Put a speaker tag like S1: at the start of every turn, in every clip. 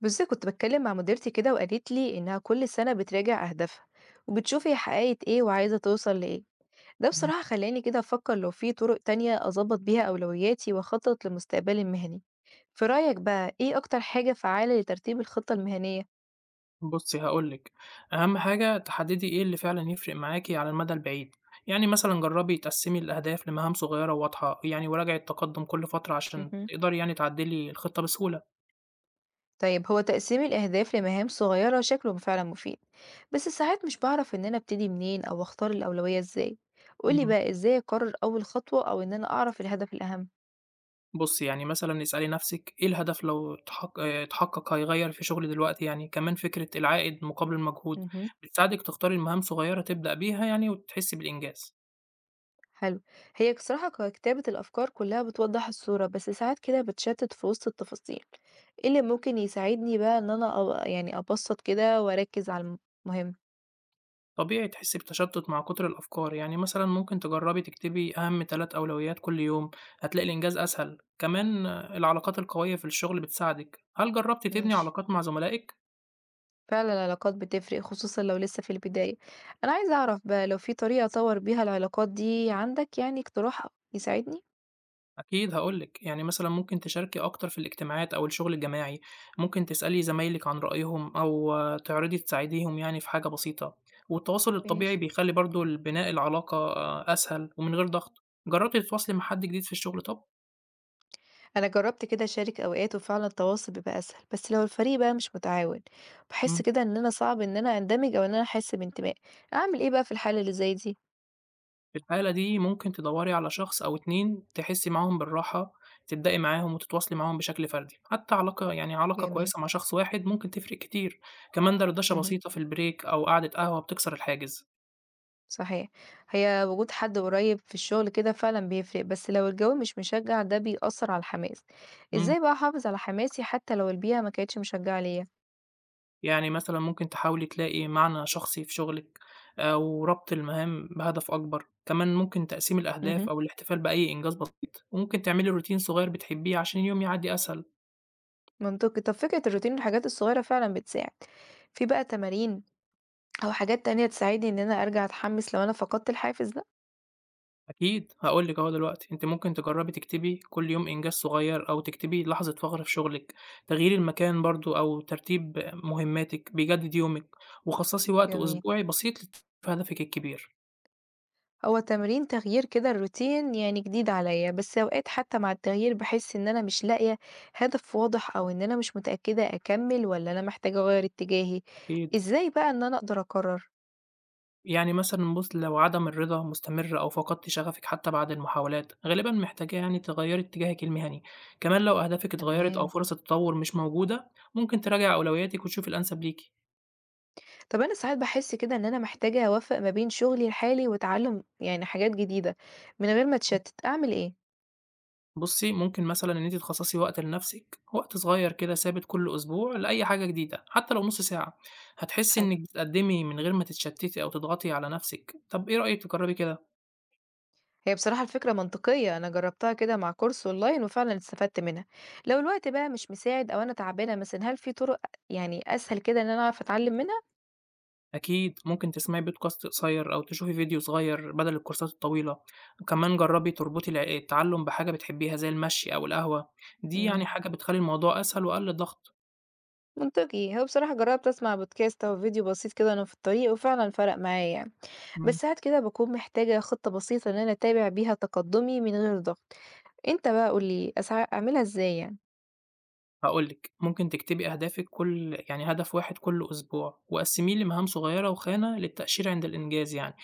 S1: بصي كنت بتكلم مع مديرتي كده وقالت لي إنها كل سنة بتراجع أهدافها وبتشوف هي حققت إيه وعايزة توصل لإيه. ده
S2: إمم،
S1: بصراحة خلاني كده أفكر لو في طرق تانية أظبط بيها أولوياتي وأخطط لمستقبلي المهني. في رأيك بقى إيه أكتر حاجة فعالة لترتيب الخطة المهنية؟
S2: بُصّي هاقول لِك، أهم حاجة تحددي إيه اللي فعلًا يفرق معاكِ على المدى البعيد، يعني مثلًا جرّبي تقسّمي الأهداف لمهام صغيّرة وواضحة، يعني وراجعي التقدّم كل فترة عشان
S1: مهم.
S2: تقدري يعني تعدّلي الخطة بسهولة.
S1: طيب هو تقسيم الأهداف لمهام صغيرة شكله فعلا مفيد، بس ساعات مش بعرف إن أنا أبتدي منين أو أختار الأولوية إزاي. قولي
S2: إمم،
S1: بقى إزاي أقرر أول خطوة أو إن أنا أعرف الهدف الأهم.
S2: بُصّي يعني مثلًا اسألي نَفْسِك إيه الهدف لو اتحقق هيغيّر في شغلي دلوقتي يعني، كمان فكرة العائد مقابل المجهود
S1: مهم.
S2: بتساعدِك تختاري مهام صغيّرة تبدأ بيها يعني وتحسّي بالإنجاز.
S1: حلو. هي بصراحة كتابة الأفكار كلها بتوضح الصورة، بس ساعات كده بتشتت في وسط التفاصيل. ايه اللي ممكن يساعدني بقى ان انا يعني ابسط كده واركز على المهم.
S2: طبيعي تحسي بتشتت مع كتر الأفكار يعني مثلا ممكن تجربي تكتبي أهم تلات أولويات كل يوم هتلاقي الإنجاز أسهل كمان العلاقات القوية في الشغل بتساعدك هل جربتي تبني
S1: ماشي.
S2: علاقات مع زملائك؟
S1: فعلا العلاقات بتفرق، خصوصا لو لسه في البداية. انا عايزة اعرف بقى لو في طريقة اطور بيها العلاقات دي، عندك يعني اقتراح يساعدني؟
S2: أكيد هقولك يعني مثلا ممكن تشاركي أكتر في الاجتماعات أو الشغل الجماعي ممكن تسألي زمايلك عن رأيهم أو تعرضي تساعديهم يعني في حاجة بسيطة والتواصل الطبيعي
S1: ماشي.
S2: بيخلي برضو بناء العلاقة أسهل ومن غير ضغط جربتي تتواصلي مع حد جديد في الشغل طب؟
S1: انا جربت كده اشارك اوقات وفعلا التواصل بيبقى اسهل، بس لو الفريق بقى مش متعاون بحس
S2: مم.
S1: كده ان انا صعب ان انا اندمج او ان انا احس بانتماء. اعمل ايه بقى في الحالة اللي زي دي؟
S2: في الحالة دي ممكن تدوّري على شخص أو 2 تحسّي معاهم بالراحة، تبدئي معاهم وتتواصلي معاهم بشكل فردي، حتى علاقة يعني علاقة
S1: جميل.
S2: كويسة مع شخص واحد ممكن تفرق كتير، كمان دردشة
S1: اهم.
S2: بسيطة في البريك أو قعدة قهوة بتكسر الحاجز،
S1: صحيح. هي وجود حد قريب في الشغل كده فعلًا بيفرق، بس لو الجو مش مشجّع ده بيأثّر على الحماس.
S2: إمم،
S1: إزاي بقى أحافظ على حماسي حتى لو البيئة ما كانتش مشجّعة ليّا؟
S2: يعني مثلًا ممكن تحاولي تلاقي معنى شخصي في شغلِك أو ربط المهام بهدف أكبر، كمان ممكن تقسيم الأهداف
S1: اهم.
S2: أو الاحتفال بأي إنجاز بسيط، وممكن تعملي روتين صغير بتحبيه عشان اليوم يعدّي أسهل.
S1: منطقي. طب فكرة الروتين والحاجات الصغيرة فعلًا بتساعد. في بقى تمارين أو حاجات تانية تساعدني إن أنا أرجع أتحمس لو أنا فقدت الحافز ده؟
S2: أكيد هاقول لِك أهو دلوقتي، أنتِ ممكن تجرّبي تكتبي كل يوم إنجاز صغير، أو تكتبي لحظة فخر في شغلِك، تغيير المكان برضه أو ترتيب مهماتِك بيجدد يومِك، وخصصي وقت
S1: جميل.
S2: أسبوعي بسيط في هدفِك الكبير،
S1: هو تمرين تغيير كده الروتين يعني جديد عليا، بس اوقات حتى مع التغيير بحس ان انا مش لاقية هدف واضح او ان انا مش متأكدة اكمل ولا انا محتاجة اغير اتجاهي.
S2: أكيد
S1: ازاي بقى ان انا اقدر اقرر؟
S2: يعني مثلًا بُص لو عدم الرضا مستمر أو فقدتِ شغفِك حتى بعد المحاولات، غالبًا محتاجة يعني تغيّري اتجاهِك المهني، كمان لو أهدافِك اتغيّرت أو
S1: تمام.
S2: فرص التطور مش موجودة، ممكن تراجعي أولوياتِك وتشوفي الأنسب ليكِ.
S1: طب انا ساعات بحس كده ان انا محتاجة اوفق ما بين شغلي الحالي وتعلم يعني حاجات جديدة من غير ما اتشتت، اعمل ايه؟
S2: بُصّي، ممكن مثلًا إن أنتِ تخصّصي وقت لنفسِك، وقت صغير كده ثابت كل أسبوع لأي حاجة جديدة، حتى لو نُص ساعة، هتحسّي
S1: حلو.
S2: إنِّك بتقدّمي من غير ما تتشتّتي أو تضغطي على نفسِك. طَب إيه رأيِك تجرّبي كده؟
S1: هي بصراحة الفكرة منطقية، أنا جربتها كده مع كورس أونلاين وفعلا استفدت منها. لو الوقت بقى مش مساعد أو أنا تعبانة مثلا، هل في طرق يعني أسهل كده إن أنا أعرف أتعلم منها؟
S2: أكيد ممكن تسمعي بودكاست قصير أو تشوفي فيديو صغير بدل الكورسات الطويلة، وكمان جرّبي تربطي التعلُّم بحاجة بتحبّيها زي المشي أو القهوة، دي يعني حاجة
S1: إمم.
S2: بتخلّي الموضوع أسهل وأقل ضغط.
S1: منطقي. هو بصراحة جرّبت أسمع بودكاست أو فيديو بسيط كده وأنا في الطريق وفعلًا فرق معايا يعني،
S2: إمم.
S1: بس ساعات كده باكون محتاجة خطة بسيطة إن أنا أتابع بيها تقدُّمي من غير ضغط. أنت بقى قُل لي أسع أعملها إزاي يعني؟
S2: هاقول لِك، ممكن تكتبي أهدافِك كل يعني هدف واحد كل أسبوع، وقسّميه لمهام صغيرة وخانة للتأشيرة عند الإنجاز يعني،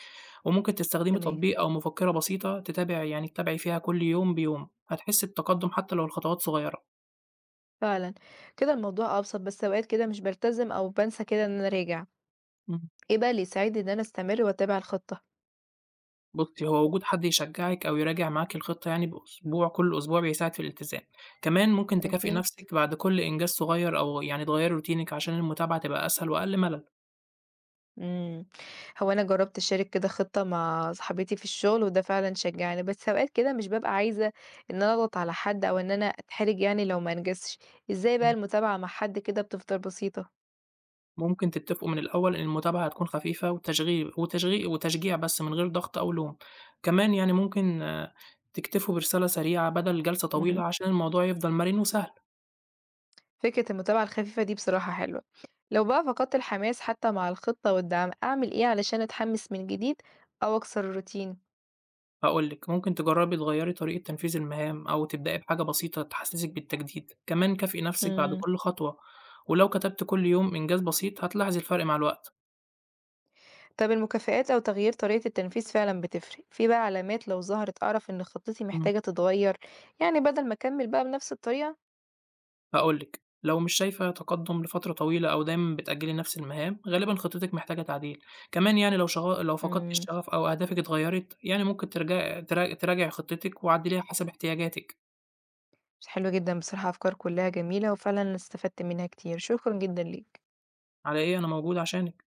S2: وممكن تستخدمي
S1: تمام،
S2: تطبيق أو مفكّرة بسيطة تتابعي فيها كل يوم بيوم، هتحسّي بتقدُّم حتى لو الخطوات صغيرة.
S1: فعلًا كده الموضوع أبسط، بس أوقات كده مش بالتزم أو بانسى كده إن أنا أراجع.
S2: إمم،
S1: إيه بقى اللي يساعدني إن أنا أستمر وأتابع الخطة؟
S2: بُصّي، هو وجود حد يشجّعِك أو يراجع معاكِ الخطة يعني بأسبوع كل أسبوع بيساعد في الالتزام. كمان ممكن تكافئي
S1: أكيد.
S2: نَفْسِك بعد كل إنجاز صغير أو يعني تغيّري روتينِك عشان المتابعة تبقى أسهل وأقل ملل.
S1: إمم، هو أنا جرّبت أشارك كده خطة مع صاحبتي في الشغل، وده فعلًا شجّعني، بس أوقات كده مش بابقى عايزة إن أنا أضغط على حد أو إن أنا أتحرج يعني لو ما أنجزتش. إزاي بقى
S2: إمم.
S1: المتابعة مع حد كده بتفضل بسيطة؟
S2: ممكن تتفقوا من الأول إن المتابعة هتكون خفيفة وتشغيل وتشغي وتشجيع بس من غير ضغط أو لوم، كمان يعني ممكن تكتفوا برسالة سريعة بدل جلسة طويلة
S1: اهم،
S2: عشان الموضوع يفضل مرن وسهل،
S1: فكرة المتابعة الخفيفة دي بصراحة حلوة. لو بقى فقدت الحماس حتى مع الخطة والدعم، أعمل إيه علشان أتحمس من جديد أو أكسر الروتين؟
S2: هاقول لِك ممكن تجربي تغيري طريقة تنفيذ المهام أو تبدأي بحاجة بسيطة تحسسك بالتجديد، كمان كافئي نفسك بعد
S1: إمم.
S2: كل خطوة، ولو كتبت كل يوم إنجاز بسيط هتلاحظي الفرق مع الوقت.
S1: طب المكافآت أو تغيير طريقة التنفيذ فعلا بتفرق. في بقى علامات لو ظهرت أعرف إن خطتي محتاجة تتغير، يعني بدل ما أكمل بقى بنفس الطريقة؟
S2: هاقول لِك، لو مش شايفة تقدُّم لفترة طويلة أو دايمًا بتأجّلي نفس المهام، غالبًا خطتِك محتاجة تعديل. كمان يعني لو فقدتِ
S1: امم.
S2: الشغف أو أهدافِك اتغيّرت، يعني ممكن ترجعي ترا تراجعي خطتِك وعدّليها حسب احتياجاتِك.
S1: حلو جدا بصراحة، أفكار كلها جميلة وفعلا استفدت منها كتير، شكرا جدا ليك.
S2: على إيه، أنا موجودة عشانِك.